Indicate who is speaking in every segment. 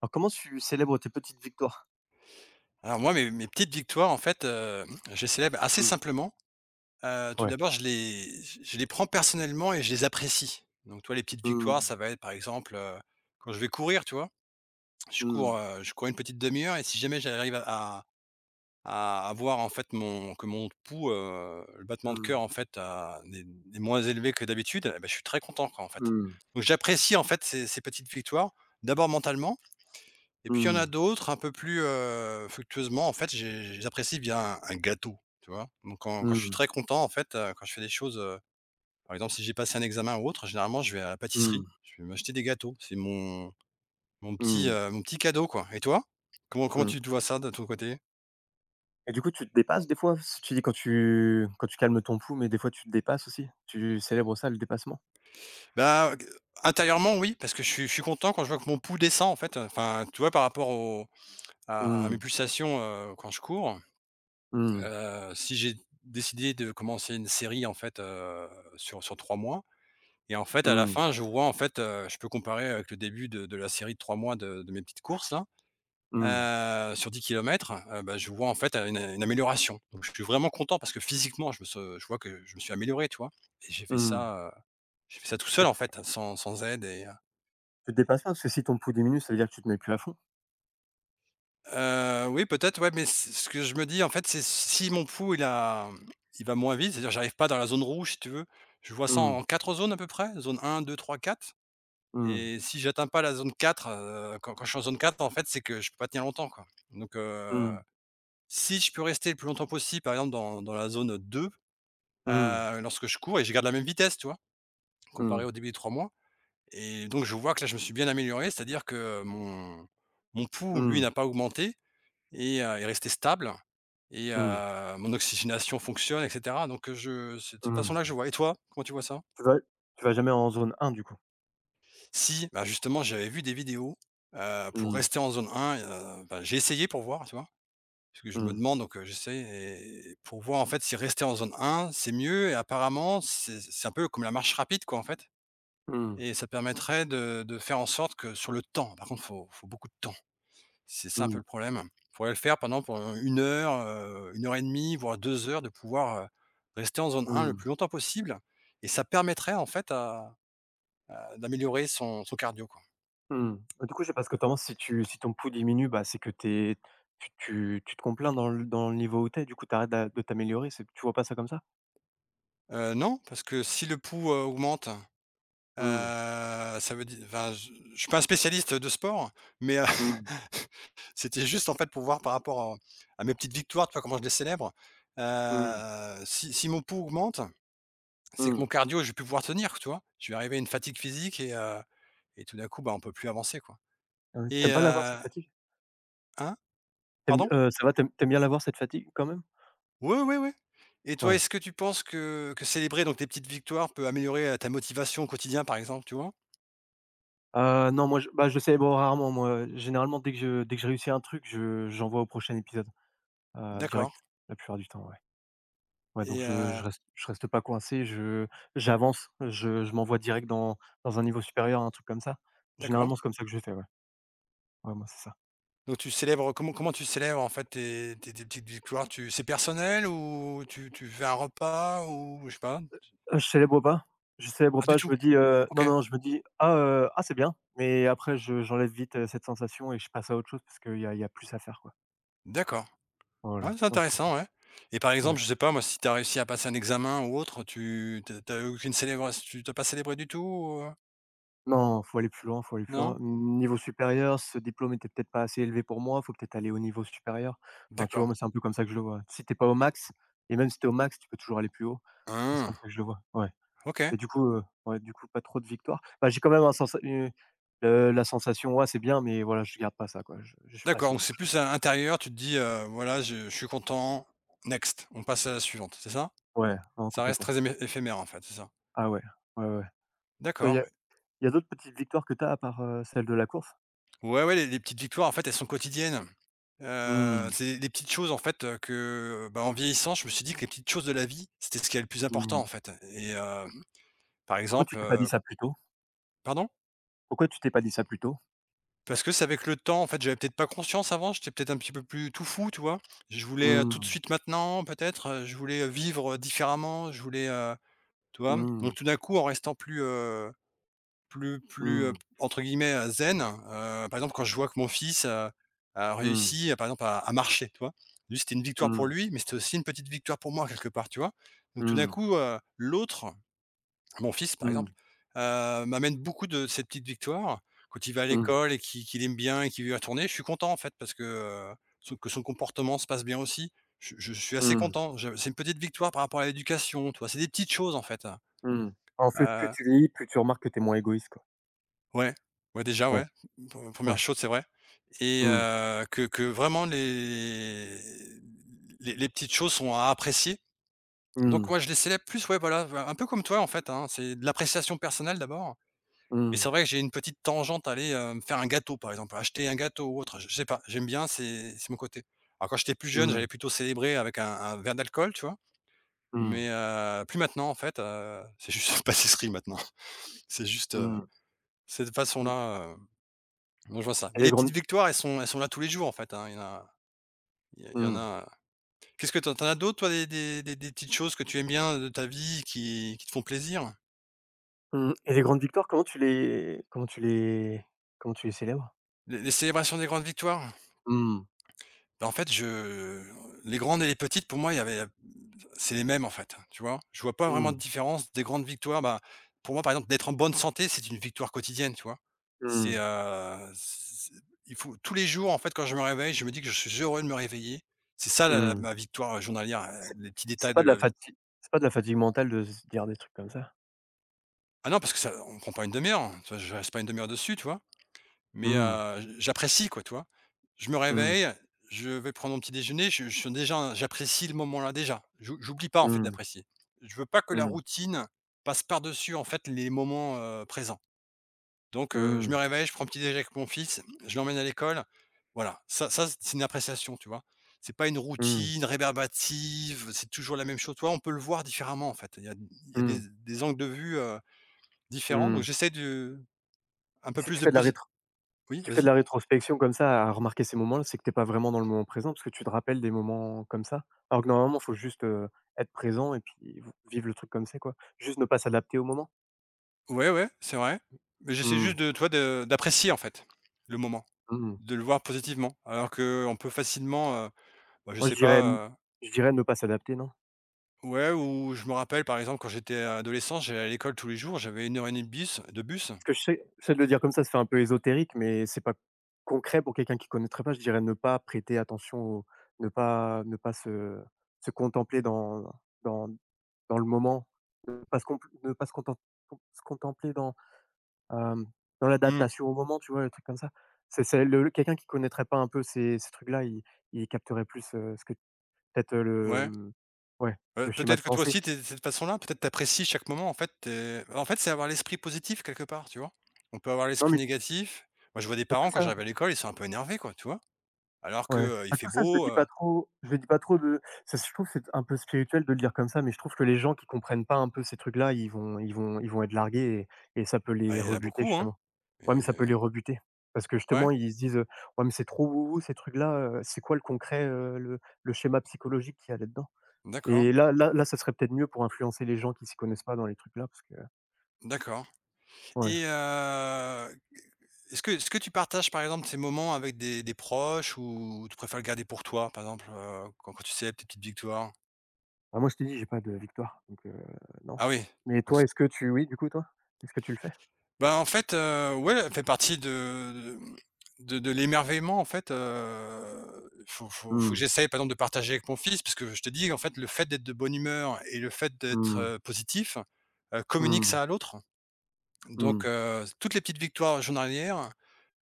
Speaker 1: Alors comment tu célèbres tes petites victoires?
Speaker 2: Alors moi, mes petites victoires, en fait, je les célèbre assez
Speaker 1: Mmh.
Speaker 2: simplement. Tout
Speaker 1: Ouais.
Speaker 2: d'abord, je les prends personnellement et je les apprécie. Donc toi, les petites victoires,
Speaker 1: Mmh.
Speaker 2: ça va être, par exemple, quand je vais courir, tu vois?
Speaker 1: Mmh.
Speaker 2: Je cours une petite demi heure et si jamais j'arrive à avoir, en fait, mon pouls, le battement de
Speaker 1: Mmh.
Speaker 2: cœur, en fait, a n'est n'est moins élevé que d'habitude, eh bah, je suis très content, quoi, en fait.
Speaker 1: Mmh.
Speaker 2: Donc j'apprécie, en fait, ces petites victoires, d'abord mentalement et puis il y en
Speaker 1: Mmh.
Speaker 2: a d'autres un peu plus, fructueusement, en fait, j'apprécie bien un gâteau, tu vois? Donc quand je suis
Speaker 1: Mmh.
Speaker 2: très content, en fait, quand je fais des choses, par exemple, si j'ai passé un examen ou autre, généralement, je vais à la pâtisserie,
Speaker 1: Mmh.
Speaker 2: je vais m'acheter des gâteaux. C'est mon petit,
Speaker 1: Mmh.
Speaker 2: mon petit cadeau, quoi. Et toi? Comment
Speaker 1: Mmh.
Speaker 2: tu te vois ça de ton côté?
Speaker 1: Et du coup, tu te dépasses des fois? Parce tu dis quand tu calmes ton pouls, mais des fois tu te dépasses aussi? Tu célèbres ça, le dépassement?
Speaker 2: Bah, intérieurement, oui, parce que je suis content quand je vois que mon pouls descend, en fait, enfin, tu vois, par rapport au à mes
Speaker 1: Mmh.
Speaker 2: pulsations, quand je cours.
Speaker 1: Mmh.
Speaker 2: Si j'ai décidé de commencer une série, en fait, sur 3 mois, et en fait, à la
Speaker 1: Mmh.
Speaker 2: fin, je vois, en fait, je peux comparer avec le début de la série de 3 mois de mes petites courses là,
Speaker 1: Mmh.
Speaker 2: sur 10 kilomètres, bah, je vois en fait, une amélioration. Donc je suis vraiment content parce que physiquement, je vois que je me suis amélioré, tu vois? Et
Speaker 1: Mmh.
Speaker 2: j'ai fait ça tout
Speaker 1: Ah
Speaker 2: seul en
Speaker 1: tu
Speaker 2: fait, sans aide et
Speaker 1: tu te dépasses pas? Parce que si ton pouls diminue, ça veut dire que tu te mets plus à fond?
Speaker 2: oui peut-être, ouais, mais c ce que je me dis en fait, c'est si mon pouls il va moins vite, c'est-à-dire j'arrive pas dans la zone rouge si tu veux, je vois ça
Speaker 1: Mmh.
Speaker 2: en 4 zones à peu près, zone un, deux, trois, quatre.
Speaker 1: Mmh.
Speaker 2: Et si j'atteins pas la zone 4, quand je suis en zone 4, en fait, c'est que je peux pas tenir longtemps, quoi. Donc,
Speaker 1: Mmh.
Speaker 2: si je peux rester le plus longtemps possible, par exemple, dans la zone 2,
Speaker 1: Mmh.
Speaker 2: lorsque je cours et je garde la même vitesse, tu vois?
Speaker 1: Mmh.
Speaker 2: Comparé au début des 3 mois et donc je vois que là, je me suis bien amélioré, c'est-à-dire que mon pouls, lui,
Speaker 1: Mmh.
Speaker 2: n'a pas augmenté et est resté stable et
Speaker 1: Mmh.
Speaker 2: mon oxygénation fonctionne et cetera. Donc, je c'est de cette façon-là que
Speaker 1: Mmh.
Speaker 2: je vois et toi, comment tu vois ça?
Speaker 1: Tu vas tu vas jamais en zone 1 du coup?
Speaker 2: Si, bah, justement, j'avais vu des vidéos, pour
Speaker 1: Mmh.
Speaker 2: rester en zone 1, bah, j'ai essayé pour voir, tu vois? Parce que je me
Speaker 1: Mmh.
Speaker 2: demande donc, j'essaie et pour voir, en fait, si rester en zone 1, c'est mieux et apparemment, c'est un peu comme la marche rapide, quoi, en fait
Speaker 1: Mmh.
Speaker 2: et ça permettrait de faire en sorte que sur le temps, par contre, faut beaucoup de temps. C'est ça un
Speaker 1: Mmh.
Speaker 2: peu le problème. Il Faudrait le faire pendant 1 heure, 1 heure et demie, voire 2 heures, de pouvoir, rester en zone 1 le
Speaker 1: Mmh.
Speaker 2: plus longtemps possible et ça permettrait, en fait, à d'améliorer son cardio, quoi.
Speaker 1: Mmh. Bah, du coup, je sais pas ce que tu penses, si ton pouls diminue, bah, c'est que tu te complains dans le niveau où t'es. Du coup, t'arrêtes d'a de t'améliorer, c'est tu vois pas ça comme ça?
Speaker 2: Non, parce que si le pouls, augmente,
Speaker 1: Mmh.
Speaker 2: ça veut dire, enfin, je suis pas un spécialiste de sport, mais,
Speaker 1: Mmh.
Speaker 2: c'était juste, en fait, pour voir par rapport à mes petites victoires, tu vois, comment je les célèbre.
Speaker 1: Mmh.
Speaker 2: Si mon pouls augmente, c'est que
Speaker 1: Mmh.
Speaker 2: mon cardio, je vais plus pouvoir tenir, tu vois? Je vais arriver à une fatigue physique et tout d'un coup, bah, on peut plus avancer, quoi
Speaker 1: Ah ouais,
Speaker 2: et
Speaker 1: tu pas l'avoir cette fatigue?
Speaker 2: hein?
Speaker 1: Tu aimes
Speaker 2: Pardon?
Speaker 1: ça va, T'aimes aimes bien l'avoir cette fatigue quand même?
Speaker 2: Oui, oui, oui, et toi,
Speaker 1: Ouais.
Speaker 2: est-ce que tu penses que célébrer donc tes petites victoires peut améliorer, ta motivation au quotidien, par exemple, tu vois?
Speaker 1: Non, moi, je bah, je célèbre rarement, moi. Généralement, dès que je réussis un truc, je j'envoie au prochain épisode,
Speaker 2: D'accord
Speaker 1: direct, la plupart du temps, ouais. Ouais, donc
Speaker 2: et
Speaker 1: je je reste je reste pas coincé, je j'avance, je m'envoie direct dans un niveau supérieur, un truc comme ça.
Speaker 2: d'accord.
Speaker 1: Généralement, c'est comme ça que je fais, ouais. Ouais, moi, c'est ça.
Speaker 2: Donc tu célèbres comment tu célèbres en fait tes petites victoires? Tu C'est personnel ou tu fais un repas ou je sais pas?
Speaker 1: Heu, je célèbre pas, je célèbre
Speaker 2: Ah
Speaker 1: pas,
Speaker 2: du
Speaker 1: je
Speaker 2: tout?
Speaker 1: me dis,
Speaker 2: OK.
Speaker 1: non, non, je me dis: «Ah, c'est bien», mais après je j'enlève vite, cette sensation et je passe à autre chose parce qu'il y a plus à faire, quoi.
Speaker 2: D'accord. Ouais,
Speaker 1: Voilà,
Speaker 2: c'est
Speaker 1: moi, c'est un peu
Speaker 2: intéressant, ouais. Et par
Speaker 1: ouais.
Speaker 2: exemple, je sais pas moi, si tu as réussi à passer un examen ou autre, tu t'as as aucune célébration, tu t'as pas célébré du tout ou,
Speaker 1: Non, faut aller plus loin, faut aller plus loin.
Speaker 2: Non?
Speaker 1: Niveau supérieur, ce diplôme était peut-être pas assez élevé pour moi, faut peut-être aller au niveau supérieur. Enfin, tu vois,
Speaker 2: D'accord.
Speaker 1: moi, c'est un peu comme ça que je le vois. Si t'es pas au max et même si t'es au max, tu peux toujours aller plus haut. Enfin, c'est comme ça
Speaker 2: Ah!
Speaker 1: que je le vois, ouais,
Speaker 2: OK.
Speaker 1: et du coup, ouais, du coup, pas trop de victoires. Bah, j'ai quand même un sensa une la sensation, ouais, c'est bien, mais voilà, je garde pas ça, quoi. Je passe
Speaker 2: D'accord,
Speaker 1: au
Speaker 2: donc c'est
Speaker 1: prochain.
Speaker 2: plus à l'intérieur, tu te dis, «Voilà, je suis content, next, on passe à la suivante», c'est ça?
Speaker 1: Ouais, non,
Speaker 2: Ça reste
Speaker 1: complètement.
Speaker 2: très émé éphémère en fait, c'est ça?
Speaker 1: Ah ouais, ouais, ouais. il y
Speaker 2: D'accord.
Speaker 1: a y a d'autres petites victoires que t'as à part, celle de la course?
Speaker 2: Ouais, ouais, les petites victoires en fait, elles sont quotidiennes.
Speaker 1: Mmh,
Speaker 2: C'est des petites choses en fait, que, bah, en vieillissant, je me suis dit que les petites choses de la vie, c'était ce qui est le plus important en
Speaker 1: mmh.
Speaker 2: fait et par
Speaker 1: Pourquoi tu
Speaker 2: exemple,
Speaker 1: t'es pas dit ça plus tôt?
Speaker 2: pardon?
Speaker 1: Pourquoi tu t'es pas dit ça plus tôt?
Speaker 2: Parce que c'est avec le temps en fait, j'avais peut-être pas conscience avant, j'étais peut-être un petit peu plus tout fou, tu vois? Je voulais, tout de
Speaker 1: Mmh.
Speaker 2: suite maintenant peut-être, je voulais, vivre, différemment, je voulais, tu vois?
Speaker 1: Mmh.
Speaker 2: Donc tout d'un coup en restant plus, plus,
Speaker 1: Mmh.
Speaker 2: entre guillemets, «zen», par exemple, quand je vois que mon fils, a
Speaker 1: Mmh.
Speaker 2: réussi, par exemple, à marcher, tu vois? Lui, c'était une victoire pour
Speaker 1: Mmh.
Speaker 2: lui, mais c'était aussi une petite victoire pour moi quelque part, tu vois? Donc tout d'un
Speaker 1: Mmh.
Speaker 2: coup, l'autre, mon fils par exemple,
Speaker 1: Mmh.
Speaker 2: m'amène beaucoup de ces petites victoires. Quand il va à
Speaker 1: Mmh.
Speaker 2: l'école et qu'il aime bien et qu'il veut y retourner, je suis content en fait parce que, son comportement se passe bien aussi. Je suis assez
Speaker 1: Mmh.
Speaker 2: content. Je C'est une petite victoire par rapport à l'éducation, tu vois? C'est des petites choses en fait, hein.
Speaker 1: Mmh. En fait, plus
Speaker 2: heu
Speaker 1: tu vieillis, plus tu remarques que tu es moins égoïste, quoi.
Speaker 2: Ouais, ouais, déjà,
Speaker 1: Ouais,
Speaker 2: ouais. Pre 1
Speaker 1: ouais.
Speaker 2: chose, c'est vrai et
Speaker 1: Mmh.
Speaker 2: que vraiment les petites choses sont à apprécier. Donc
Speaker 1: Mmh.
Speaker 2: moi je les célèbre plus, ouais, voilà, un peu comme toi, en fait, hein. C'est de l'appréciation personnelle, d'abord et
Speaker 1: Mmh.
Speaker 2: c'est vrai que j'ai une petite tangente à aller, me faire un gâteau, par exemple, acheter un gâteau ou autre, je sais pas, j'aime bien, c'est mon côté. Alors quand j'étais plus jeune,
Speaker 1: Mmh.
Speaker 2: j'allais plutôt célébrer avec un verre d'alcool, tu vois?
Speaker 1: Mmh.
Speaker 2: Mais plus maintenant, en fait, c'est juste pâtisserie, maintenant. C'est juste,
Speaker 1: Mmh.
Speaker 2: cette
Speaker 1: Mmh.
Speaker 2: façon-là. Donc je vois ça.
Speaker 1: Et
Speaker 2: Mais
Speaker 1: les
Speaker 2: les petites
Speaker 1: grandes
Speaker 2: victoires, elles sont là tous les jours en fait, hein, il y en
Speaker 1: Mmh.
Speaker 2: a. Qu'est-ce que tu en as d'autres toi, des petites choses que tu aimes bien de ta vie qui te font plaisir?
Speaker 1: Mmh. Et les grandes victoires, comment tu les célèbres?
Speaker 2: Les célébrations des grandes victoires?
Speaker 1: Mmh.
Speaker 2: Bah, en fait, je les grandes et les petites pour moi il y avait c'est les mêmes en fait, tu vois? Je vois pas vraiment
Speaker 1: Mmh.
Speaker 2: de différence des grandes victoires, bah, pour moi par exemple d'être en bonne santé, c'est une victoire quotidienne, tu vois? C'est,
Speaker 1: Mmh.
Speaker 2: il faut, tous les jours en fait quand je me réveille, je me dis que je suis heureux de me réveiller. C'est ça la
Speaker 1: Mmh.
Speaker 2: ma victoire journalière, les petits
Speaker 1: C'est
Speaker 2: détails
Speaker 1: pas
Speaker 2: de
Speaker 1: de la
Speaker 2: la...
Speaker 1: fatigue, c'est pas de la fatigue mentale de se dire des trucs comme ça?
Speaker 2: Ah non, parce que ça on prend pas une demi-heure, hein. Tu vois? Je reste pas une demi-heure dessus, tu vois? Mais,
Speaker 1: Mmh.
Speaker 2: j'apprécie quoi, tu vois? Je me
Speaker 1: Mmh.
Speaker 2: réveille, je vais prendre mon petit déjeuner, je suis déjà, j'apprécie le moment-là déjà. J'oublie pas en fait
Speaker 1: Mmh.
Speaker 2: d'apprécier. Je veux pas que la
Speaker 1: Mmh.
Speaker 2: routine passe par-dessus en fait les moments, présents. Donc, je
Speaker 1: Mmh.
Speaker 2: me réveille, je prends un petit déjeuner avec mon fils, je l'emmène à l'école. Voilà, ça c'est une appréciation, tu vois? C'est pas une
Speaker 1: Mmh.
Speaker 2: routine rébarbative, c'est toujours la même chose, tu vois? On peut le voir différemment en fait. Il y a des
Speaker 1: Mmh.
Speaker 2: des angles de vue Différent, donc
Speaker 1: Mmh.
Speaker 2: j'essaie de un peu
Speaker 1: Si
Speaker 2: plus
Speaker 1: tu
Speaker 2: de
Speaker 1: fais de la
Speaker 2: posi
Speaker 1: rétro
Speaker 2: oui,
Speaker 1: Si tu fais de
Speaker 2: vas-y.
Speaker 1: la rétrospection comme ça, à remarquer ces moments-là, c'est que tu pas vraiment dans le moment présent, parce que tu te rappelles des moments comme ça. Alors que normalement, il faut juste, être présent et puis v vivre le truc comme c'est, quoi. Juste ne pas s'adapter au moment.
Speaker 2: Ouais, ouais, c'est vrai, mais j'essaie
Speaker 1: Mmh,
Speaker 2: juste de, tu vois, de d'apprécier, en fait, le moment,
Speaker 1: mmh.
Speaker 2: de le voir positivement, alors que on peut facilement, bah, je
Speaker 1: Moi,
Speaker 2: sais pas,
Speaker 1: je dirais ne pas s'adapter, non?
Speaker 2: ouais, ou je me rappelle, par exemple, quand j'étais adolescent, j'allais à l'école tous les jours, j'avais 1 heure et demie de bus de bus.
Speaker 1: Parce que je sais de le dire comme ça fait un peu ésotérique, mais c'est pas concret pour quelqu'un qui connaîtrait pas. Je dirais ne pas prêter attention au ne pas se contempler dans dans le moment, ne pas se compl ne pas se contem se contempler dans Hem, dans
Speaker 2: Mmh,
Speaker 1: l'adaptation au moment, tu vois? Le truc comme ça. C'est le quelqu'un qui connaîtrait pas un peu ces trucs-là, il capterait plus, ce que peut-être, le,
Speaker 2: ouais.
Speaker 1: ouais, le schéma de
Speaker 2: Peut-être que toi
Speaker 1: pensée.
Speaker 2: aussi tu de cette façon-là? Peut-être t'apprécies chaque moment, en fait, tu en fait, c'est avoir l'esprit positif quelque part, tu vois? On peut avoir
Speaker 1: Non,
Speaker 2: l'esprit
Speaker 1: mais
Speaker 2: négatif. Moi, je vois des
Speaker 1: bah, tout
Speaker 2: parents quand
Speaker 1: ça
Speaker 2: j'arrive à l'école, ils sont un peu énervés, quoi, tu vois? Alors que,
Speaker 1: ouais.
Speaker 2: il
Speaker 1: Bah,
Speaker 2: fait
Speaker 1: tout ça,
Speaker 2: beau,
Speaker 1: je le dis pas trop, de ça se je trouve, que c'est un peu spirituel de le dire comme ça, mais je trouve que les gens qui comprennent pas un peu ces trucs-là, ils vont être largués et ça peut
Speaker 2: bah,
Speaker 1: les
Speaker 2: il y en a
Speaker 1: rebuter,
Speaker 2: beaucoup, hein?
Speaker 1: justement.
Speaker 2: Et
Speaker 1: Ouais, mais ça peut les rebuter parce que
Speaker 2: ouais?
Speaker 1: justement, ils se disent: «Ouais, mais c'est trop wou ces trucs-là, c'est quoi le concret, le schéma psychologique qu'il y a là-dedans?»
Speaker 2: D'accord,
Speaker 1: Et là là là, ça serait peut-être mieux pour influencer les gens qui s'y connaissent pas dans les trucs là parce que
Speaker 2: d'accord.
Speaker 1: ouais.
Speaker 2: Et heu, est-ce que tu partages, par exemple, ces moments avec des proches ou tu préfères le garder pour toi, par exemple, quand tu célèbres tes petites victoires?
Speaker 1: Ah moi, je t'ai dit, j'ai pas de victoire, donc non.
Speaker 2: Ah oui,
Speaker 1: Mais
Speaker 2: donc
Speaker 1: toi, est-ce que tu oui, du coup, toi? Est-ce que tu le fais?
Speaker 2: bah, en fait, ouais, elle fait partie de de l'émerveillement, en fait, faut que
Speaker 1: Mmh.
Speaker 2: j'essaye, par exemple, de partager avec mon fils, parce que je te dis, en fait, le fait d'être de bonne humeur et le fait d'être,
Speaker 1: Mmh.
Speaker 2: positif, communique
Speaker 1: Mmh.
Speaker 2: ça à l'autre.
Speaker 1: Mmh.
Speaker 2: Toutes les petites victoires journalières,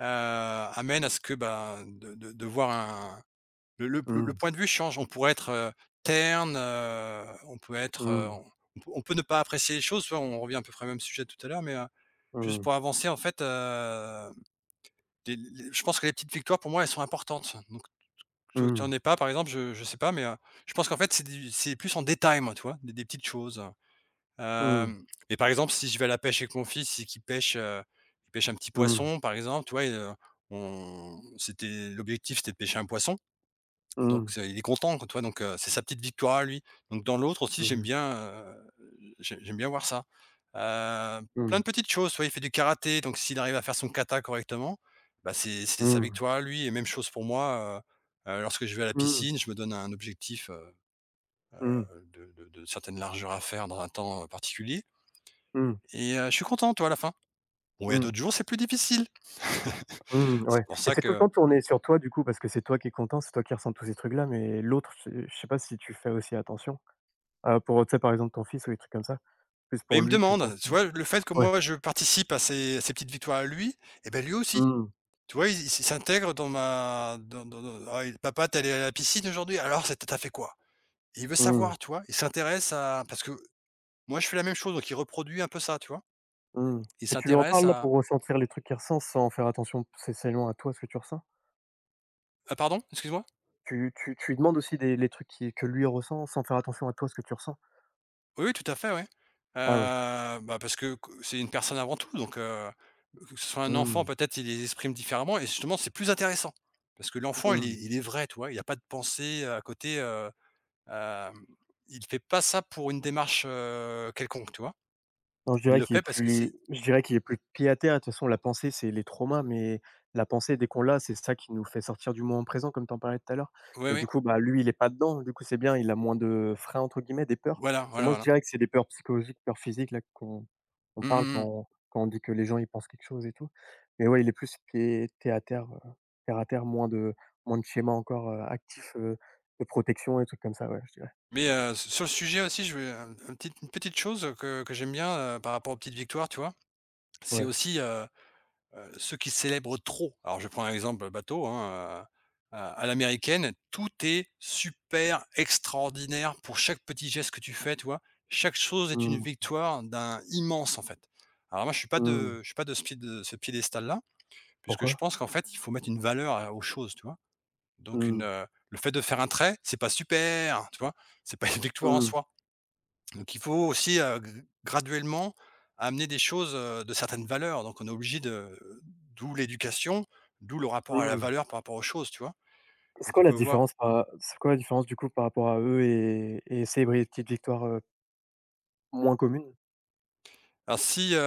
Speaker 2: amènent à ce que, bah, de voir un le le
Speaker 1: Mmh.
Speaker 2: le point de vue change. On pourrait être, terne, on peut être,
Speaker 1: Mmh.
Speaker 2: on peut ne pas apprécier les choses, tu vois? On revient à peu près au même sujet tout à l'heure, mais, juste
Speaker 1: Mmh.
Speaker 2: pour avancer en fait, les je pense que les petites victoires pour moi, elles sont importantes. Donc tu en
Speaker 1: Mmh.
Speaker 2: es pas par exemple, je sais pas, mais, je pense qu'en fait c'est plus en détail moi, tu vois? Des petites choses.
Speaker 1: Mmh.
Speaker 2: Et par exemple, si je vais à la pêche avec mon fils et qu'il pêche, il pêche un petit
Speaker 1: Mmh.
Speaker 2: poisson par exemple, tu vois? On c'était l'objectif c'était de pêcher un poisson donc
Speaker 1: Mmh.
Speaker 2: c'est il est content quoi, tu vois? C'est sa petite victoire à lui. Donc dans l'autre aussi
Speaker 1: Mmh.
Speaker 2: j'aime
Speaker 1: Mmh.
Speaker 2: bien, j'aime bien voir ça. Heu, plein
Speaker 1: Mmh.
Speaker 2: de petites choses, tu vois? Il fait du karaté, donc s'il arrive à faire son kata correctement, bah, c'est sa
Speaker 1: Mmh.
Speaker 2: victoire à lui et même chose pour moi, lorsque je vais à la
Speaker 1: Mmh.
Speaker 2: piscine, je me donne un objectif,
Speaker 1: Mmh.
Speaker 2: de certaines largeurs à faire dans un temps, particulier
Speaker 1: Mmh.
Speaker 2: et je suis content, tu vois, à la fin. Bon, il y a d'autres jours, c'est plus difficile.
Speaker 1: Mmh. Ouais,
Speaker 2: C'est pour
Speaker 1: et
Speaker 2: ça
Speaker 1: c'est tout le
Speaker 2: que
Speaker 1: temps tourné sur toi du coup parce que c'est toi qui est content, c'est toi qui ressens tous ces trucs là, mais l'autre, je sais pas si tu fais aussi attention, pour, tu sais, par exemple, ton fils ou des trucs comme ça? Plus
Speaker 2: et
Speaker 1: pour
Speaker 2: il me
Speaker 1: lui que pour
Speaker 2: demande, tu vois? Le fait que
Speaker 1: ouais.
Speaker 2: moi je participe à ces à petites victoires à lui et bah, lui aussi.
Speaker 1: Mmh,
Speaker 2: Tu vois, il ils s'intègrent dans ma dans «Ah, et papa, t'es allé à la piscine aujourd'hui? Alors, c'est tu fait quoi?» Et il veut
Speaker 1: mmh,
Speaker 2: savoir, tu vois? Il s'intéresse à parce que moi, je fais la même chose, donc il reproduit un peu ça, tu vois?
Speaker 1: mmh.
Speaker 2: Il
Speaker 1: Mais tu lui en
Speaker 2: s'intéresse
Speaker 1: parles là
Speaker 2: à
Speaker 1: pour ressentir les trucs qu'il ressent sans faire attention spécialement à toi ce que tu ressens?
Speaker 2: ah pardon? Excuse-moi?
Speaker 1: Tu lui demandes aussi des les trucs qui que lui ressent sans faire attention à toi ce que tu ressens?
Speaker 2: Oui, oui, tout à fait, ouais.
Speaker 1: Ah ouais.
Speaker 2: Bah, parce que c'est une personne avant tout, que ce soit un enfant,
Speaker 1: Mmh,
Speaker 2: peut-être, il les exprime différemment et justement, c'est plus intéressant. Parce que l'enfant,
Speaker 1: mmh.
Speaker 2: il est vrai, tu vois? Il y a pas de pensée, à côté, hem, il fait pas ça pour une démarche, quelconque, tu vois?
Speaker 1: Non,
Speaker 2: Il le fait parce que c'est
Speaker 1: je dirais qu'il est plus pied à terre. De toute façon, la pensée, c'est les traumas, mais la pensée, dès qu'on l'a, c'est ça qui nous fait sortir du moment présent, comme tu en parlais tout à l'heure.
Speaker 2: oui,
Speaker 1: Mais
Speaker 2: oui,
Speaker 1: du coup, bah, lui, il est pas dedans. Du coup, c'est bien, il a moins de «freins» entre guillemets, des peurs.
Speaker 2: voilà,
Speaker 1: C'est
Speaker 2: voilà,
Speaker 1: moi, je
Speaker 2: voilà.
Speaker 1: dirais que c'est des peurs psychologiques, peurs physiques là qu'on on
Speaker 2: Mmh
Speaker 1: parle
Speaker 2: mh, mh.
Speaker 1: quand on dit que les gens, ils pensent quelque chose et tout. Mais ouais, il est plus pied à terre, terre à terre, moins de schémas encore, actifs, de protection et trucs comme ça, ouais, je dirais.
Speaker 2: Mais, s sur le sujet aussi, je vais un petite une petite chose, que j'aime bien, par rapport aux petites victoires, tu vois? C'est
Speaker 1: Ouais.
Speaker 2: aussi, ceux qui célèbrent trop. Alors je prends un exemple bateau, hein, à l'américaine, tout est super extraordinaire pour chaque petit geste que tu fais, tu vois? Chaque chose est une
Speaker 1: Mmh.
Speaker 2: victoire d'un immense, en fait. Alors moi,
Speaker 1: Mmh.
Speaker 2: je suis pas de ce pied de ce piédestal-là, puisque je
Speaker 1: Pourquoi?
Speaker 2: pense qu'en fait, il faut mettre une valeur à aux choses, tu vois? Donc
Speaker 1: Mmh.
Speaker 2: le fait de faire un trait, c'est pas super, tu vois? C'est pas une victoire en
Speaker 1: Mmh.
Speaker 2: soi. Donc il faut aussi, g graduellement amener des choses, de certaines valeurs. Donc on est obligé de d'où l'éducation, d'où le rapport à la
Speaker 1: Mmh.
Speaker 2: valeur par rapport aux choses, tu vois? Donc on peut voir
Speaker 1: C'est quoi la différence du coup par rapport à eux et célébrer les petites victoires, moins communes?
Speaker 2: alors si,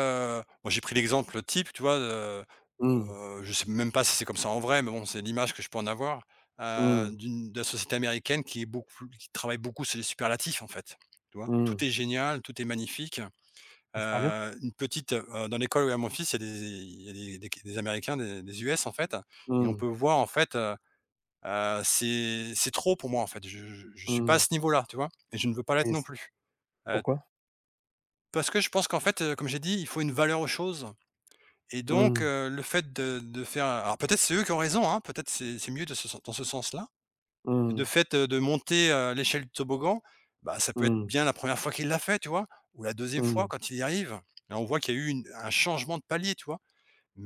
Speaker 2: moi j'ai pris l'exemple type, tu vois?
Speaker 1: Mmh.
Speaker 2: Je sais même pas si c'est comme ça en vrai, mais bon, c'est l'image que je peux en avoir,
Speaker 1: Mmh.
Speaker 2: d'une de la société américaine qui travaille beaucoup sur les superlatifs, en fait, tu vois? Tout
Speaker 1: Mmh.
Speaker 2: est génial, tout est magnifique.
Speaker 1: Et c'est pas bien?
Speaker 2: Une, petite, dans l'école où est mon fils, il y a des des Américains, des US, en fait et on
Speaker 1: Mmh.
Speaker 2: peut voir, en fait, c'est trop pour moi, en fait. Je suis pas à
Speaker 1: Mmh.
Speaker 2: ce niveau-là, tu vois? Et je ne veux pas l'être
Speaker 1: Et
Speaker 2: non
Speaker 1: c
Speaker 2: plus. Heu,
Speaker 1: pourquoi?
Speaker 2: parce que je pense qu'en fait, comme j'ai dit, il faut une valeur aux choses et
Speaker 1: Mmh.
Speaker 2: le fait de faire alors peut-être c'est eux qui ont raison, hein, peut-être c'est mieux de ce sen dans ce sens-là. De
Speaker 1: Mmh.
Speaker 2: fait, de monter, l'échelle du toboggan, bah, ça peut être
Speaker 1: Mmh.
Speaker 2: bien la première fois qu'il l'a fait, tu vois? Ou la deuxième
Speaker 1: Mmh.
Speaker 2: fois quand il y arrive et on voit qu'il y a eu une un changement de palier, tu vois?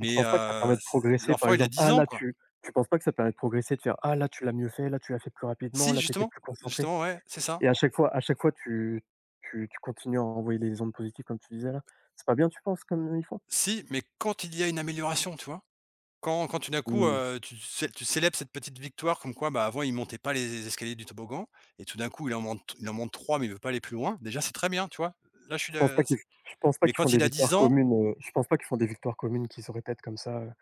Speaker 1: Et tu penses pas que ça permet de
Speaker 2: c'est
Speaker 1: progresser par
Speaker 2: l'enfant, il a
Speaker 1: exemple?
Speaker 2: 10
Speaker 1: Ah
Speaker 2: ans,
Speaker 1: là
Speaker 2: quoi.
Speaker 1: tu penses pas que ça permet de progresser, de faire: «Ah là tu l'as mieux fait, là tu l'as fait plus rapidement,
Speaker 2: Si,
Speaker 1: là t'étais
Speaker 2: justement,
Speaker 1: plus concentré»
Speaker 2: justement, ouais, c'est ça.
Speaker 1: et à chaque fois tu continues à envoyer les ondes positives comme tu disais là? C'est pas bien tu penses comme ils font?
Speaker 2: Si, mais quand il y a une amélioration, tu vois? Quand tout d'un coup,
Speaker 1: Mmh.
Speaker 2: tu célèbres cette petite victoire comme quoi, bah, avant, il montait pas les escaliers du toboggan et tout d'un coup, il en monte 3 mais il veut pas aller plus loin. Déjà, c'est très bien, tu vois? Là, je suis
Speaker 1: Je pense pas
Speaker 2: de
Speaker 1: qu'ils
Speaker 2: c'est
Speaker 1: je pense pas
Speaker 2: mais
Speaker 1: qu'ils font
Speaker 2: quand
Speaker 1: des
Speaker 2: il a
Speaker 1: victoires
Speaker 2: 10 ans,
Speaker 1: communes, je pense pas qu'ils font des victoires communes qui se répètent comme ça.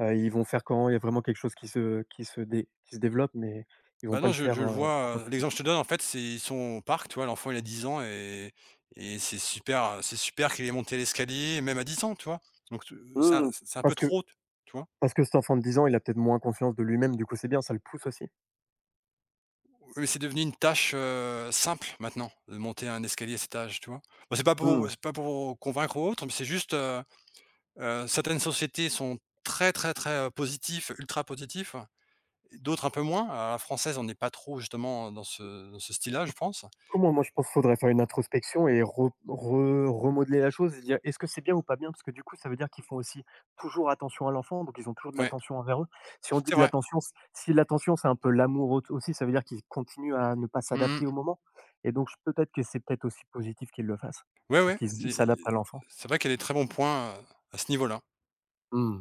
Speaker 1: Ils vont faire quand il y a vraiment quelque chose qui se développe, mais ils vont
Speaker 2: bah,
Speaker 1: pas
Speaker 2: non,
Speaker 1: le faire,
Speaker 2: je le
Speaker 1: en
Speaker 2: vois,
Speaker 1: continu.
Speaker 2: l'exemple que je te donne, en fait, c'est ils sont au parc, tu vois? L'enfant, il a 10 ans et c'est super qu'il ait monté l'escalier, même à 10 ans, tu vois? Donc,
Speaker 1: Mmh,
Speaker 2: c'est un peu
Speaker 1: parce que
Speaker 2: trop, tu vois?
Speaker 1: Parce que cet enfant de 10 ans, il a peut-être moins confiance de lui-même, du coup, c'est bien, ça le pousse aussi.
Speaker 2: Oui, mais c'est devenu une tâche, simple maintenant, de monter un escalier à cet âge, tu vois? Bon,
Speaker 1: Mmh.
Speaker 2: c'est pas pour convaincre ou autre, mais c'est juste, certaines sociétés sont très, très, très, positifs, ultra positifs, et d'autres un peu moins. Alors la française, on n'est pas trop justement dans ce style-là, je pense.
Speaker 1: Comment? Moi, je pense qu'il faudrait faire une introspection et re re remodeler la chose et dire: «Est-ce que c'est bien ou pas bien?» parce que du coup, ça veut dire qu'ils font aussi toujours attention à l'enfant, donc ils ont toujours de
Speaker 2: Ouais,
Speaker 1: l'attention envers eux. Si on dit
Speaker 2: c'est
Speaker 1: que
Speaker 2: vrai.
Speaker 1: l'attention c si l'attention, c'est un peu l'amour aut aussi, ça veut dire qu'ils continuent à ne pas
Speaker 2: Mmh mmh.
Speaker 1: s'adapter au moment et donc j peut-être que c'est peut-être aussi positif qu'ils le fassent,
Speaker 2: Ouais,
Speaker 1: parce
Speaker 2: ouais,
Speaker 1: qu'ils s'adaptent à l'enfant.
Speaker 2: c'est vrai qu'il y a des très bons points, à ce niveau-là.
Speaker 1: Mmh.